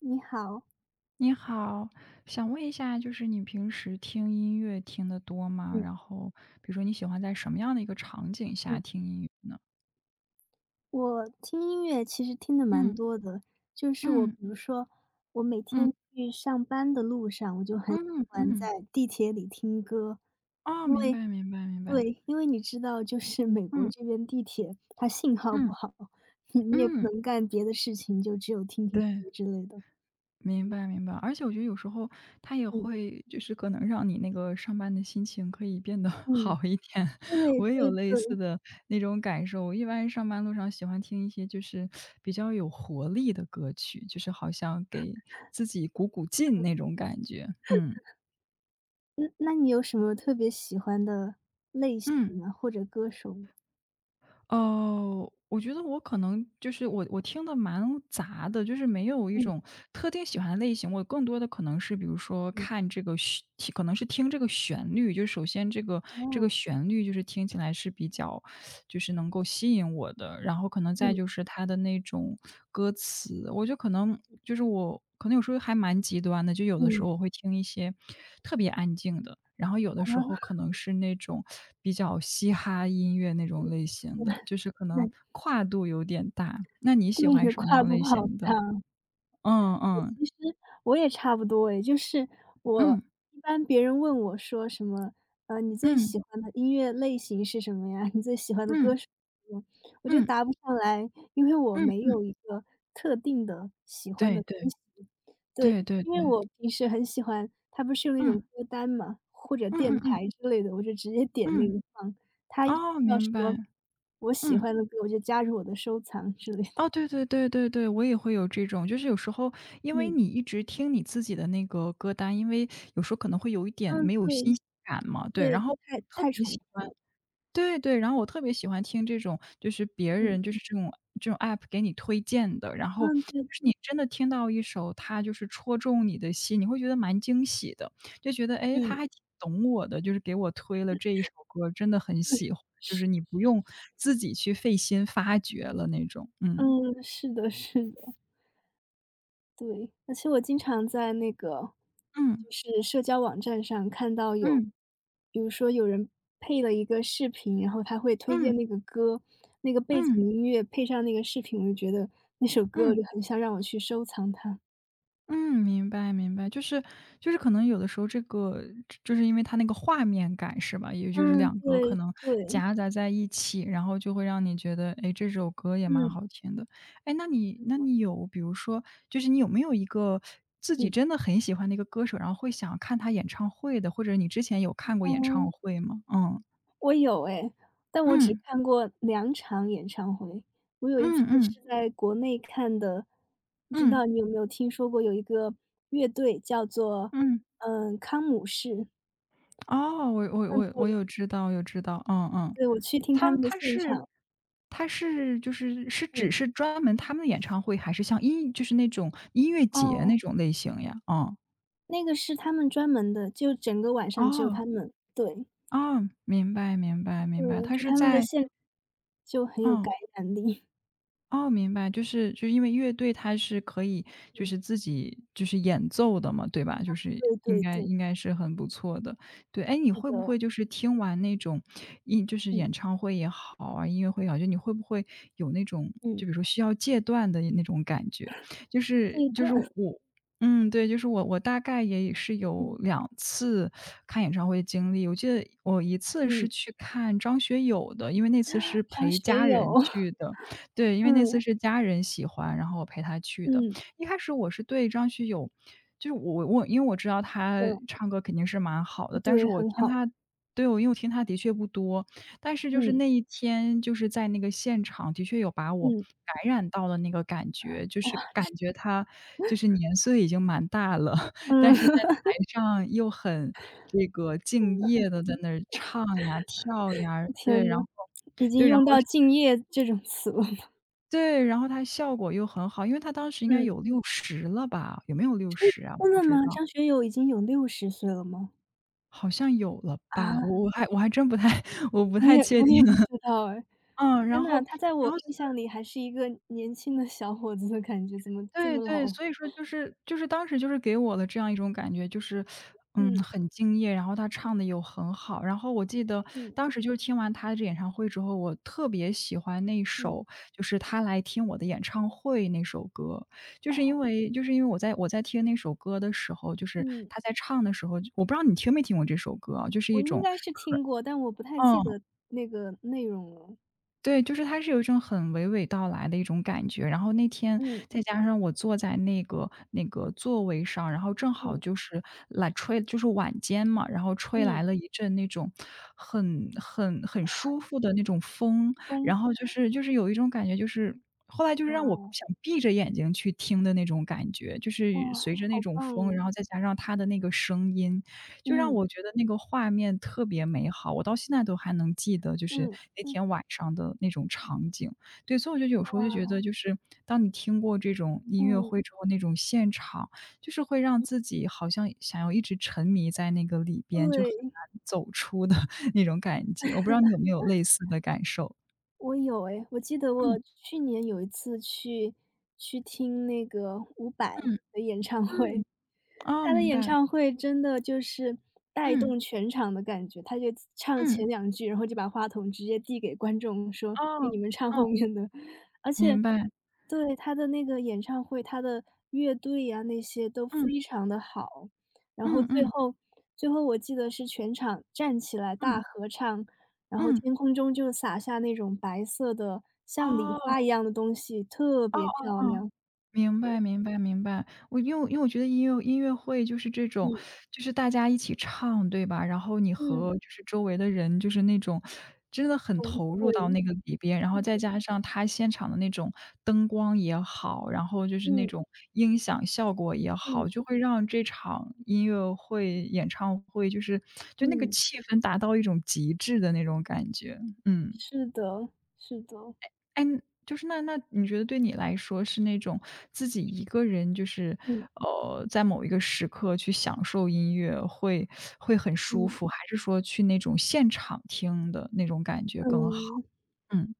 你好，你好，想问一下，就是你平时听音乐听的多吗？嗯然后，比如说你喜欢在什么样的一个场景嗯。下听音乐呢？我听音乐其实听的蛮嗯多的，就是我比嗯如说，我每嗯天去上班的路上，我就很喜嗯欢嗯，在地铁里听歌，哦，因明为白明白明白，对，因为你知道，就是美国嗯这边地铁它信号不嗯好，你也不嗯，能干别的事情，就只有听听对。歌之类的。明白明白，而且我觉得有时候它也嗯会就是可能让你那个上班的心情可以变得 嗯。好一点。对我也对有类似对，的那种感受，我一般上班路上喜欢听一些就是比较有活力的歌曲，就是好像给自己鼓鼓劲那种感觉。嗯那那你有什么特别喜欢的类嗯。型啊，或者歌手吗？哦，我觉得我可能就是我听的蛮杂的，就是没有一种嗯特定喜欢的类型。我更多的可能是比如说嗯。看这个旋可能是听这个旋律，就首先这个哦。旋律就是听起来是比较就是能够吸引我的。然后可能再嗯就是他的那种歌词，我就可能就是我可能有时候还蛮极端的，就有的时嗯。候我会听一些特别安静的，然后有的时候可 能是那种比较嘻哈音乐那种类型啊，的，就是可那能跨度有点大。那你对，喜你欢的什么跨样度类好型的？大。嗯嗯其实我也差不多诶，就是我嗯一般别人问我说什么，你最嗯喜欢的音乐类型是什么呀？你最喜欢的嗯歌手是什么？我就嗯答不上来，因为我没嗯，有一个特定的喜欢对的东对西。对，对对因为对，我平时很喜欢他不是有那种嗯歌单嘛，或者嗯电嗯嗯台之类的，我就直接点那嗯，个放。他遇哦，到什明么白，我喜嗯。欢的歌，我就加入我的收藏之类的。哦，对对对对对，我也会有这种，就是有时候因为嗯，你一直听你自己的那个歌单，因为有时候可能会有一点嗯，没有对，新鲜感嘛，对，对，然就后太特太别重喜欢复了，对对，然后我特别喜欢听这种，就是别嗯，人就是这种App 给你推荐的，然后就嗯，对，是你真的听到一首，它就是戳中你的心，你会觉得蛮惊喜的，就觉得哎诶，他嗯，还挺懂我的，就是给我推了这一首歌，真的很喜欢，就是，是你不用自己去费心发掘了那种，嗯。嗯，是的，是的，对，而且我经常在那个嗯，就是社交网站上看到有，嗯，比如说有人配了一个视频，然后他会推嗯，荐那个歌，那个背嗯，景嗯，音乐配上那个视频，我就觉得那首歌我就嗯，很想让我去收藏它。嗯明白明白，就是可能有的时候这个就是因为它那个画面感是吧？也就是嗯，2个可对，能对，夹杂在一起，然后就会让你觉得，哎，这首歌也蛮嗯，好听的。哎，那你是那的，你有比如说就是你有没有一个自己嗯，真的很喜欢的一个歌手，然后会想看他演唱会的，或者你之前有看过演唱嗯。会吗？嗯，我有哎，但我只嗯，看过2场演唱会。我有一次嗯，嗯，是在国内看的，不知嗯，道你有没有听说过有一个乐队叫做，嗯，康姆士。哦，我我嗯，我我对，有知道，有知道，嗯嗯。对，我去听他他们的他现是场，他是就是只嗯，是专门他们的演唱会，还是像就是那种音乐节哦，那种类型呀？嗯，那个是他们专门的，就整个晚上只有他哦，们。对，哦，明白明白对，明白，我他觉得是他们的在就很有哦。感嗯染力。哦，明白，就是因为乐队它是可以就嗯，是自己就是演奏的嘛，对吧？就是对应对该对，应该是很不错的。对，哎，你是会不的，会就是听完那种就是嗯，演唱会也好啊，音乐会也好，就你会不会有那种嗯，就比如说需要戒断的那种感觉？就这是一就是段，我对，就是我大概也是有嗯，2次看演唱会经历。我记得我一次嗯，是去看张学友的，因为那次是张陪学家友。人 去的。对，因为那次嗯。是家人喜欢，然后我陪他去的。嗯，一开始我是对张学友就是我因为我知道他嗯，唱歌肯定是蛮好的，但对，是我很听好。他，对，我因为我听他的确不多，但是就是嗯，那一天就是在那个现场的确有把我嗯，感染到了那个感觉，就是哇，感觉他就是年岁已经蛮大了，嗯，但是在 台上又很这个敬业的在那儿唱呀、跳呀，天对，然呐，后已对，经然用后到“敬业”这种词了。对，然后它效果又很好，因为它当时应该嗯，有六十了吧？有没有六十啊？真不的知吗？道，张学友已经有60岁了吗？好像有了啊，吧，我还真不太 我不我太也确我也定。不 知道哎。嗯，天然后呐，他在我然后印象里还是一个年轻的小伙子的感觉，怎么这对么对，老了？所以说就是当时就是给我的这样一种感觉，就是，嗯，嗯，很敬业，然后他唱的又很好。然后我记得嗯，当时就是听完他这演唱会之后，我特别喜欢那嗯，首就是《他来听我的演唱会》那首歌。就是因哦，为就是因为我在听那首歌的时候，就是嗯，他在唱的时候，我不知道你听没听过这首歌啊，就是我一应种该是听过，但我不太记嗯。得那个内容了。对，就是它是有一种很娓娓道来的一种感觉。然后那天嗯，再加上我坐在那个座位上，然后正好嗯，就是来吹就是晚间嘛，然后吹嗯，来了一阵那种很舒服的那种风，风，然后就是有一种感觉，就是后来就是哇让我哦，想闭着眼睛去听的那种感觉，就哇，是随着好那种棒风，哦，然后再加上它的那个声音，就让嗯。我觉得那个画面特别美好，我到现在都还能记得，就是嗯，那嗯，天晚上的那种场景。对，所以我就有时候就觉哇，得，就是当你听过这种音乐嗯，会之后，那种现场，就是会让自己好像想要一直沉迷在那个里边，就很对，难走出的 那种感觉。我不知道你有没有类似的感受？我有诶，我记得我嗯去年有一次去听那个伍佰嗯的演唱会。嗯，哦，他的明演白，唱会真的就是带嗯动全场的感觉，他就唱前嗯，两句，然后就把话筒直接递给观众说：“哎，哦，你们唱哦，后面的。”而且明白，对，他的那个演唱会，他的乐队呀那些都嗯非常的好。然后嗯最嗯后最后我记得是全场站起来大嗯合唱，然后嗯，天空中就洒下那种白色的像礼哦，花一哦样的东西，特哦别漂哦。亮。明白明白明白。我因为我觉得音乐会就是这种，嗯，就是大家一起唱，对吧？然后你嗯，和就是周围的人，就是那种真的很懂，投入到对，那个里边，然后嗯，再加上他现场的那种灯光也好，然后就是那嗯，种音响效果也嗯。好，就会让这场音乐会、演唱会就是就那个嗯，气氛达到一种极致的那种感觉，嗯。是的，是的。哎，就是那你觉得对你来说是那种自己一个人，就是嗯。在某一个时刻去享受音乐会会很舒嗯，服，还是说去那种现场听的那种感觉更好？嗯，嗯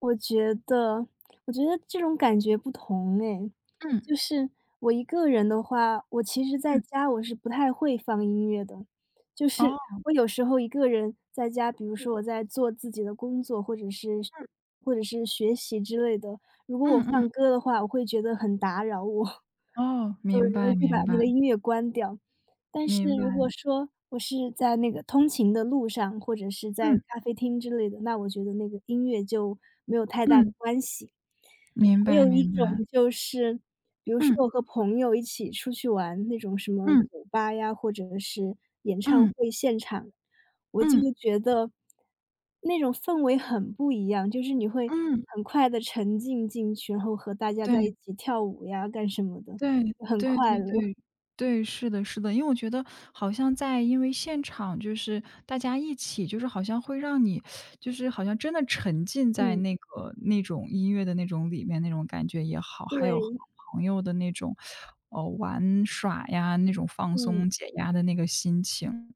我觉得我觉得这种感觉不同哎。嗯就是我一个人的话，我其实在嗯家我是不太会放音乐的。就是 哦，我有时候一个人在家，比如嗯说我在做自己的工作，或者是学习之类的，如果我嗯嗯嗯，放歌的话，我会觉得很打扰我。哦，对，明我白会把明那个白音乐关掉。但是明白，如果说我是在那个通勤的路上，或者是在嗯咖啡厅之类的，那我觉得那个音乐就没有太大的嗯，关系。明还白有一明种白，就是，比如说嗯我和朋友一起出去玩，那种什么嗯酒吧呀，或者是演唱嗯会现场，我就嗯觉得那种氛围很不一样，就是你会嗯，很快的沉浸进去，然后和大家对。在一起跳舞呀，干什么的，对，很对快对乐。对，对，是的是的。因为我觉得好像在因为现场就是大家一起，就是好像会让你就是好像真的沉浸在嗯，那个那种音乐的那种里面，那种感觉也好，还有和对。朋友的那种，玩耍呀，那种放嗯，松解压的那个心情。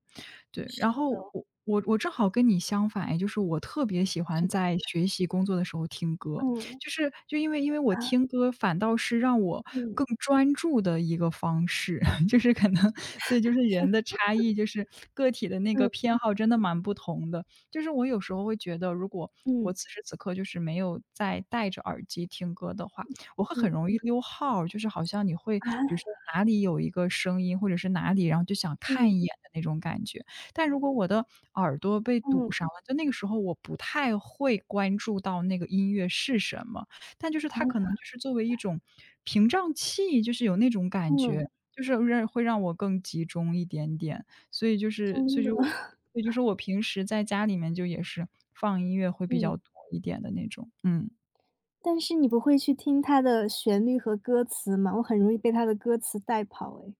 对，是然后的，我正好跟你相反哎就是我特别喜是欢的，在学习工作的时候听歌，嗯，就是就因为我啊，听歌反倒是让我嗯，更专注的一个方式，就是可能所以就是人的差异，就是个体的那嗯，个偏好真的蛮不同的。就是我有时候会觉得，如果嗯，我此时此刻就是没有在戴着耳机听歌的话，我会很嗯，容易溜号儿就是好像你会啊，比如说哪里有一个声音，或者是哪里，然后就想看嗯，一眼的那种感觉。但如果我的耳朵被堵嗯，上了，就那个时候我不太会关注到那个音乐是什么，但就是它可能就是作为一种屏障器，就是有那种感嗯，觉，就是让会让我更集中一点点。所以就是真所以的，就 所以就是我平时在家里面就也是放音乐会比嗯。较多一点的那种，嗯。但是你不会去听它的旋律和歌词吗？我很容易被它的歌词带跑哎。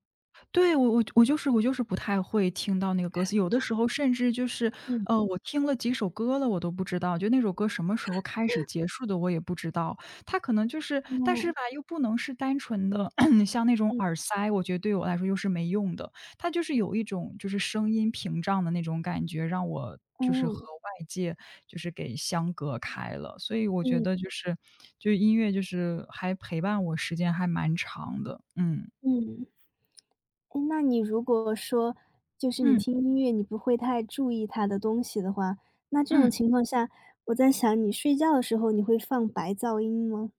对，我就是不太会听到那个歌词，有的时候甚至就是，嗯，我听了几首歌了，我都不知道，就那首歌什么时候开始结束的，我也不知道。它可能就是但是嗯，吧，又不能是单纯的 像那种嗯，耳塞，我觉得对我来说又是没用的。它就是有一种就是声音屏障的那种感觉，让我就是和嗯，外界就是给相隔开了。所以我觉嗯，得就是，就音乐就是还陪伴我时间还蛮长的，嗯，嗯。诶，那你如果说，就是你嗯。听音乐，你不会太注意它的东西的话，那这嗯种嗯。情况下，我在想你睡觉的时候，你会放白噪音吗？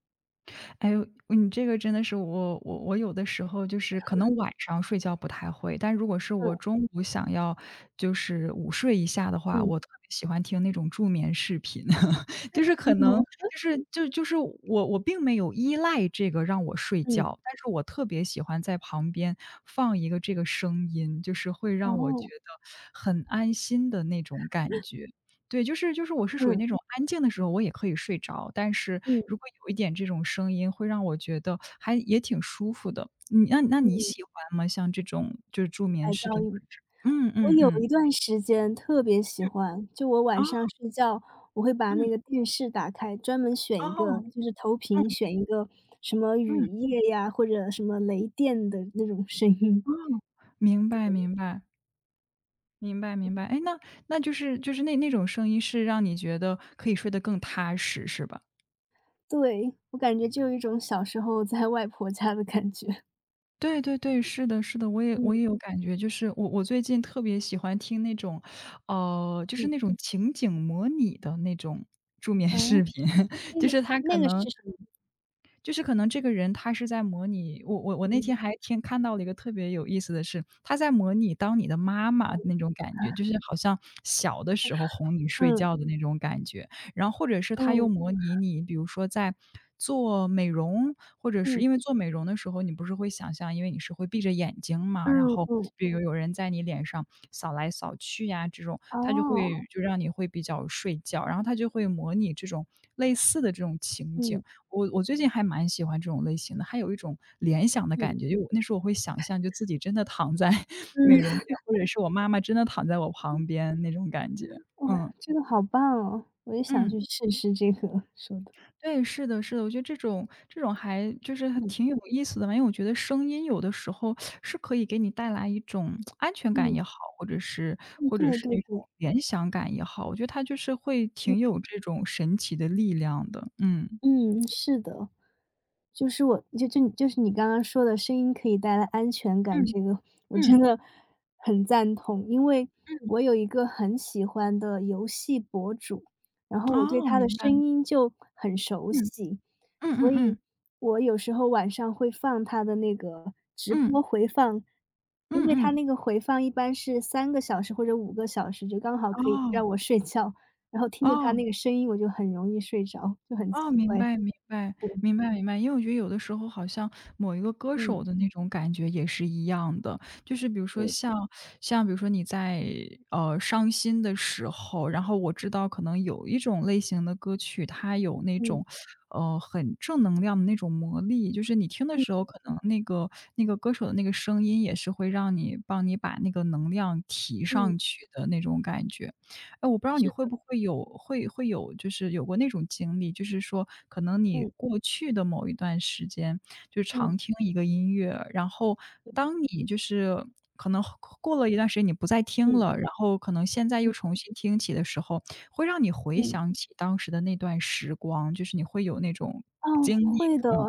哎呦，你这个真的是我有的时候就是可能晚上睡觉不太会，但如果是嗯，我中午想要就是午睡一下的话，嗯，我特别喜欢听那种助眠视频，就是可能嗯我我并没有依赖这个让我睡嗯，觉，但是我特别喜欢在旁边放一个这个声音，就是会让我觉哦，得很安心的那种感觉。对，就是我是属于嗯。那种安静的时候我也可以睡着，但是嗯如果有一点这种声音会让我觉得还也挺舒服的。你那你嗯，喜欢吗？像这种就是助白眠视噪频或音。者是嗯我嗯有一嗯，段时间特别喜欢，就我晚哦，上睡觉，我会把嗯，那个电视打开，专门选一个，哦，就是投嗯屏选一个什么雨嗯，夜呀，或者什么雷电的那种声音。哦，明白明白，明白明白。哎，那那就是就是那那种声音是让你觉得可以睡得更踏实是吧？对，我感觉就有一种小时候在外婆家的感觉。对对对，是的是的，我也嗯我也有感觉，就是我最近特别喜欢听那种，就是嗯，那种情景模拟的那种助眠啊，视频，那就个是它可那个能是什么？就是可能这个人他是在模拟我那天嗯还听看到了一个特别有意思的事，他在模拟当你的妈妈那种感觉，就是好像小的时候哄你睡嗯觉的那种感觉。然后或者是他又嗯模拟你，比如说在做美容，或者是嗯因为做美容的时候，你不是会想象，因为你是会闭着眼睛嘛，然嗯后嗯，比如有人在你脸上扫来扫去呀，这种他就哦，会就让你会比较睡觉，然后他就会模拟这种类似的这种情景。嗯我最近还蛮喜欢这种类型的，还有一种联想的感嗯觉，就那时候我会想象，就自己真的躺在 美容嗯。院，或者是我妈妈真的躺在我旁边那种感觉。哇，嗯，这个好棒哦，我也想嗯，去试试这个，说的。对，是的是的，我觉得这种还就是嗯，挺有意思的吧，因为我觉得声音有的时候是可以给你带来一种安全感嗯，也好，或者是嗯，或者对是那对种对，联想感也好，我觉得它就是会嗯，挺有这种神奇的力量的。嗯，嗯，是的。就是我就是你刚刚说的声音可以带来安全感，嗯，这个我真嗯，的很赞同。因为我有一个很喜欢的游戏博主，然后我对哦，他的明白，声音就很熟嗯，悉，嗯所嗯以嗯。我有时候晚上会放他的那个直嗯，播回放。因嗯为他嗯，那个回放一般是3个小时或者5个小时，就刚好可以哦，让我睡觉，然后听着他哦，那个声音我就很容易睡着，就很哦，奇明怪。白明白，明白明白。因为我觉得有的时候好像某一个歌嗯，手的那种感觉也是一样的，就是比如说对，像比如说你在，伤心的时候，然后我知道可能有一种类型的歌曲，它有那嗯。种，很正能量的那种魔力，就是你听的时候，可能那个歌手的那个声音也是会让你帮你把那个能量提嗯，上去的那种感觉。哎，我不知道你是会的，不会有就是有过那种经历，就是说可能你嗯，过去的某一段时间，就嗯，常听一个音乐，然后当你就是可能过了一段时间你不再听嗯，了，然后可能现在又嗯，重新听起的时候，会让你回嗯，想起当时的那段时光，就是你会有那种哦，经历，会的，嗯，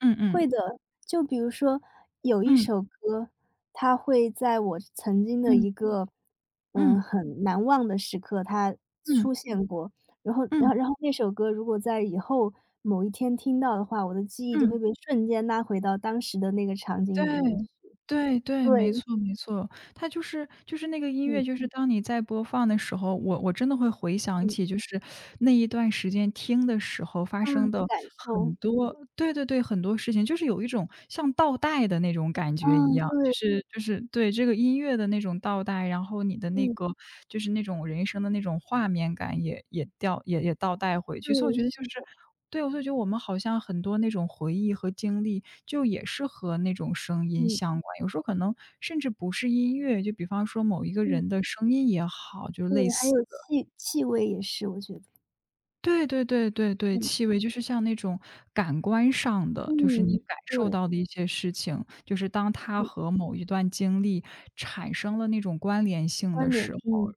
嗯会嗯，的。就比如说有一嗯，首歌，它会在我曾经的嗯，一个，嗯，嗯，很难忘的时刻，它嗯，出现过。然后然嗯，后然后那首歌如果在以后某一天听到的话，我的记忆就嗯。会被瞬间拉回到当时的那个场景里面去。对，对对，没对，错没错。它就是那个音嗯，乐，就是当你在播放的时候，我真的会回想嗯，起，就是那一段时间听的时候发嗯，生的的感受。很多对对对，很多事情，就是有一种像倒带的那种感觉一嗯，样。就对，是就是对，这个音乐的那种倒带，然后你的那嗯，个就是那种人生的那种画面感也掉也倒带回去。所以我对，觉得就是是的，对，我就觉得我们好像很多那种回忆和经历，就也是和那种声音嗯，相关。有时候可能甚至不是音乐，就比方说某一个嗯。人的声音也好，就是对，类还似有的气味也是，我觉得。对对对对对，嗯，气味就是像那种感官上的，就是你嗯，感受对，到的一些事情，就是当它嗯。和某一段经历产生了那种关联性的关联，时候。嗯，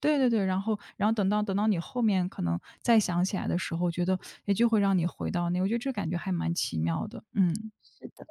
对对对，然后等到你后面可能再想起来的时候，觉得，也就会让你回到那我觉得这感觉还蛮奇妙的，嗯。是的。